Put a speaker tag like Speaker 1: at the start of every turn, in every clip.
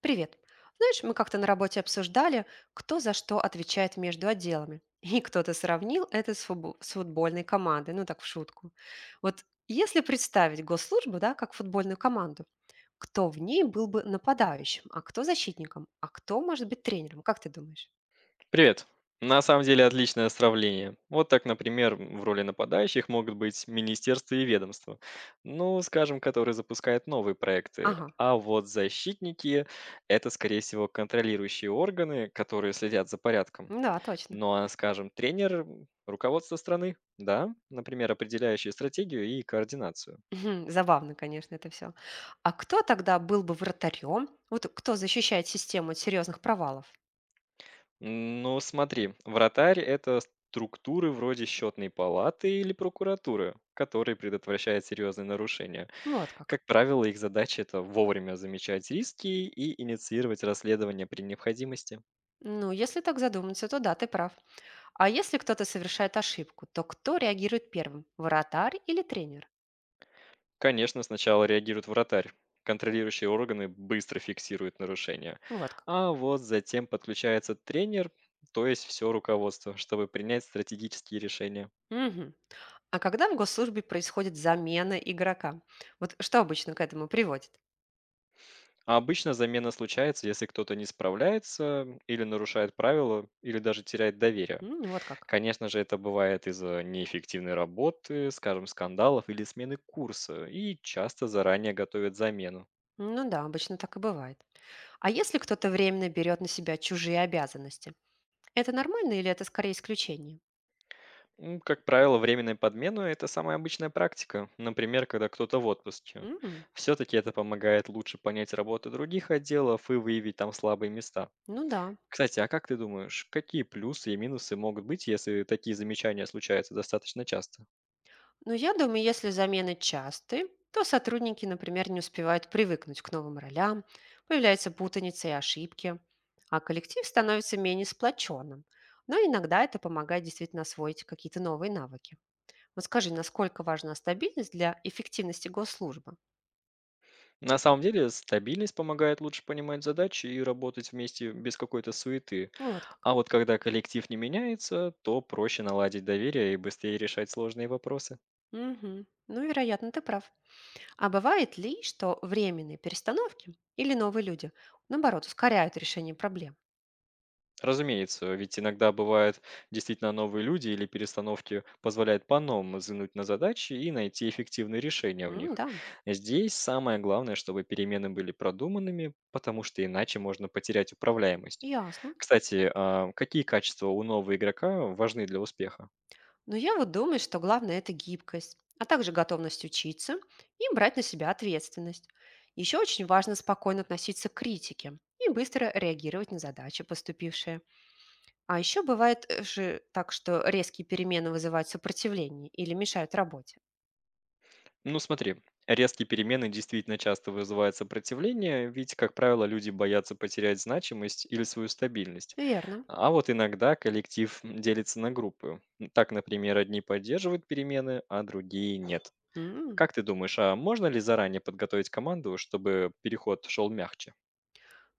Speaker 1: Привет. Знаешь, мы как-то на работе обсуждали, кто за что отвечает между отделами. И кто-то сравнил это с футбольной командой, ну так в шутку. Вот если представить госслужбу, да, как футбольную команду, кто в ней был бы нападающим, а кто защитником, а кто может быть тренером, как ты думаешь?
Speaker 2: Привет. На самом деле отличное сравнение. Вот так, например, в роли нападающих могут быть министерства и ведомства, ну, скажем, которые запускают новые проекты.
Speaker 1: Ага,
Speaker 2: А вот защитники– это, скорее всего, контролирующие органы, которые следят за порядком.
Speaker 1: ну да, точно.
Speaker 2: Ну а, скажем, тренер– руководство страны, да, например, определяющие стратегию и координацию.
Speaker 1: Мгм. Забавно, конечно, это все. А кто тогда был бы вратарем? Вот кто защищает систему от серьезных провалов?
Speaker 2: Ну смотри, вратарь– это структуры вроде счетной палаты или прокуратуры, которые предотвращают серьезные нарушения.
Speaker 1: Вот как.
Speaker 2: Как правило, их задача– это вовремя замечать риски и инициировать расследование при необходимости.
Speaker 1: Ну, если так задуматься, то да, ты прав. А если кто-то совершает ошибку, то кто реагирует первым? Вратарь или тренер?
Speaker 2: Конечно, сначала реагирует вратарь. Контролирующие органы быстро фиксируют нарушения.
Speaker 1: Вот как.
Speaker 2: А вот затем подключается тренер, то есть все руководство, чтобы принять стратегические решения.
Speaker 1: Мгм. А когда в госслужбе происходит замена игрока? Вот что обычно к этому приводит?
Speaker 2: А обычно замена случается, если кто-то не справляется или нарушает правила, или даже теряет доверие.
Speaker 1: М, вот как.
Speaker 2: Конечно же, это бывает из-за неэффективной работы, скажем, скандалов или смены курса, и часто заранее готовят замену.
Speaker 1: Ну да, обычно так и бывает. А если кто-то временно берет на себя чужие обязанности? Это нормально или это скорее исключение?
Speaker 2: Как правило, временная подмена– это самая обычная практика, например, когда кто-то в отпуске.
Speaker 1: М.
Speaker 2: Все-таки это помогает лучше понять работу других отделов и выявить там слабые места.
Speaker 1: Ну да.
Speaker 2: Кстати, а как ты думаешь, какие плюсы и минусы могут быть, если такие замечания случаются достаточно часто?
Speaker 1: Но я думаю, если замены часты, то сотрудники, например, не успевают привыкнуть к новым ролям, появляются путаницы и ошибки, а коллектив становится менее сплоченным. Но иногда это помогает действительно освоить какие-то новые навыки. Вот скажи, насколько важна стабильность для эффективности госслужбы?
Speaker 2: На самом деле, стабильность помогает лучше понимать задачи и работать вместе без какой-то суеты.
Speaker 1: Вот как.
Speaker 2: А вот когда коллектив не меняется, то проще наладить доверие и быстрее решать сложные вопросы.
Speaker 1: Мгм. Ну, вероятно, ты прав. А бывает ли, что временные перестановки или новые люди, наоборот, ускоряют решение проблем?
Speaker 2: Разумеется, ведь иногда бывают действительно новые люди или перестановки позволяют по-новому взглянуть на задачи и найти эффективные решения в
Speaker 1: М,
Speaker 2: них.
Speaker 1: да,
Speaker 2: Здесь самое главное, чтобы перемены были продуманными, потому что иначе можно потерять управляемость.
Speaker 1: ясно.
Speaker 2: Кстати, а какие качества у нового игрока важны для успеха?
Speaker 1: Но я вот думаю, что главное– это гибкость, а также готовность учиться и брать на себя ответственность. Еще очень важно спокойно относиться к критике и быстро реагировать на задачи, поступившие. А еще бывает же так, что резкие перемены вызывают сопротивление или мешают работе.
Speaker 2: Ну смотри, резкие перемены действительно часто вызывают сопротивление, ведь, как правило, люди боятся потерять значимость или свою стабильность.
Speaker 1: Верно.
Speaker 2: А вот иногда коллектив делится на группы. Так, например, одни поддерживают перемены, а другие нет.
Speaker 1: М.
Speaker 2: Как ты думаешь, а можно ли заранее подготовить команду, чтобы переход шел мягче?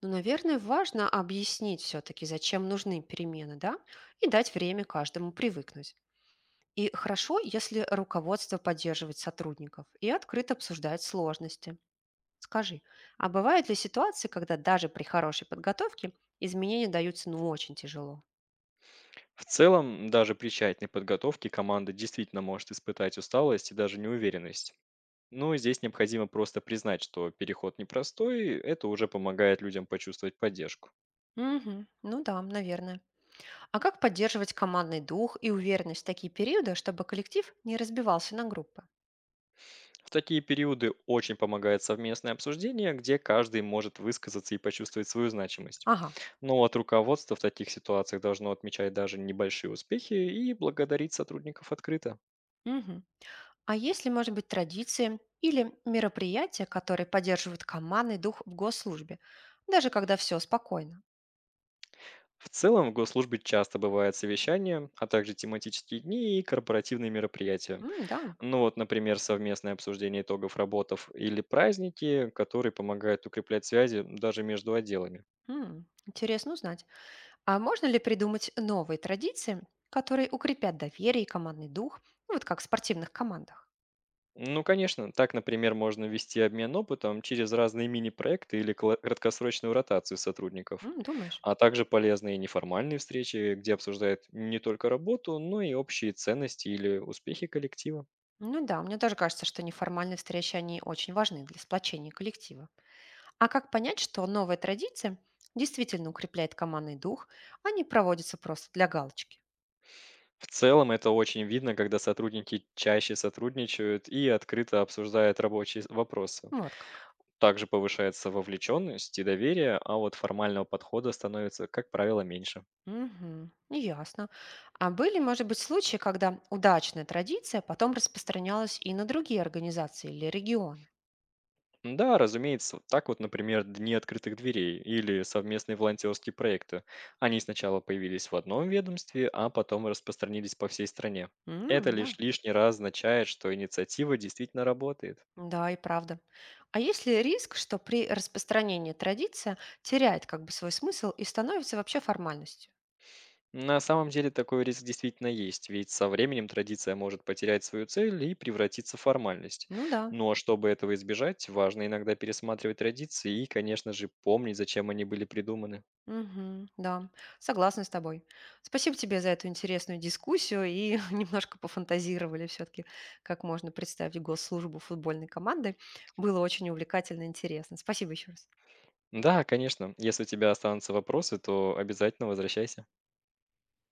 Speaker 1: Но, наверное, важно объяснить все-таки, зачем нужны перемены, да, и дать время каждому привыкнуть. И хорошо, если руководство поддерживает сотрудников и открыто обсуждает сложности. Скажи, а бывают ли ситуации, когда даже при хорошей подготовке изменения даются ну очень тяжело?
Speaker 2: В целом, даже при тщательной подготовке команда действительно может испытать усталость и даже неуверенность. Но здесь необходимо просто признать, что переход непростой, это уже помогает людям почувствовать поддержку.
Speaker 1: Мгм. Ну да, наверное. А как поддерживать командный дух и уверенность в такие периоды, чтобы коллектив не разбивался на группы?
Speaker 2: В такие периоды очень помогает совместное обсуждение, где каждый может высказаться и почувствовать свою значимость.
Speaker 1: Ага.
Speaker 2: Но от руководства в таких ситуациях должно отмечать даже небольшие успехи и благодарить сотрудников открыто.
Speaker 1: Мгм. А есть ли, может быть, традиции или мероприятия, которые поддерживают командный дух в госслужбе, даже когда все спокойно?
Speaker 2: В целом, в госслужбе часто бывают совещания, а также тематические дни и корпоративные мероприятия.
Speaker 1: М, да.
Speaker 2: Ну вот, например, совместное обсуждение итогов работов или праздники, которые помогают укреплять связи даже между отделами.
Speaker 1: М, интересно узнать. А можно ли придумать новые традиции, которые укрепят доверие и командный дух, ну, вот как в спортивных командах?
Speaker 2: Ну, конечно, так, например, можно вести обмен опытом через разные мини-проекты или краткосрочную ротацию сотрудников.
Speaker 1: М, думаешь?
Speaker 2: А также полезные неформальные встречи, где обсуждают не только работу, но и общие ценности или успехи коллектива.
Speaker 1: Ну да, мне тоже кажется, что неформальные встречи, они очень важны для сплочения коллектива. А как понять, что новая традиция действительно укрепляет командный дух, а не проводится просто для галочки?
Speaker 2: В целом это очень видно, когда сотрудники чаще сотрудничают и открыто обсуждают рабочие вопросы.
Speaker 1: Вот как.
Speaker 2: Также повышается вовлеченность и доверие, а вот формального подхода становится, как правило, меньше.
Speaker 1: Угу, ясно. А были, может быть, случаи, когда удачная традиция потом распространялась и на другие организации или регионы?
Speaker 2: Да, разумеется, так вот, например, дни открытых дверей или совместные волонтерские проекты. Они сначала появились в одном ведомстве, а потом распространились по всей стране. Это
Speaker 1: М, да.
Speaker 2: лишь лишний раз означает, что инициатива действительно работает.
Speaker 1: Да, и правда. А есть ли риск, что при распространении традиция теряет как бы свой смысл и становится вообще формальностью?
Speaker 2: На самом деле такой риск действительно есть, ведь со временем традиция может потерять свою цель и превратиться в формальность.
Speaker 1: Ну да.
Speaker 2: Но чтобы этого избежать, важно иногда пересматривать традиции и, конечно же, помнить, зачем они были придуманы.
Speaker 1: Мгм, да, согласна с тобой. Спасибо тебе за эту интересную дискуссию и немножко пофантазировали все-таки, как можно представить госслужбу футбольной команды. Было очень увлекательно и интересно. Спасибо еще раз.
Speaker 2: Да, конечно, если у тебя останутся вопросы, то обязательно возвращайся.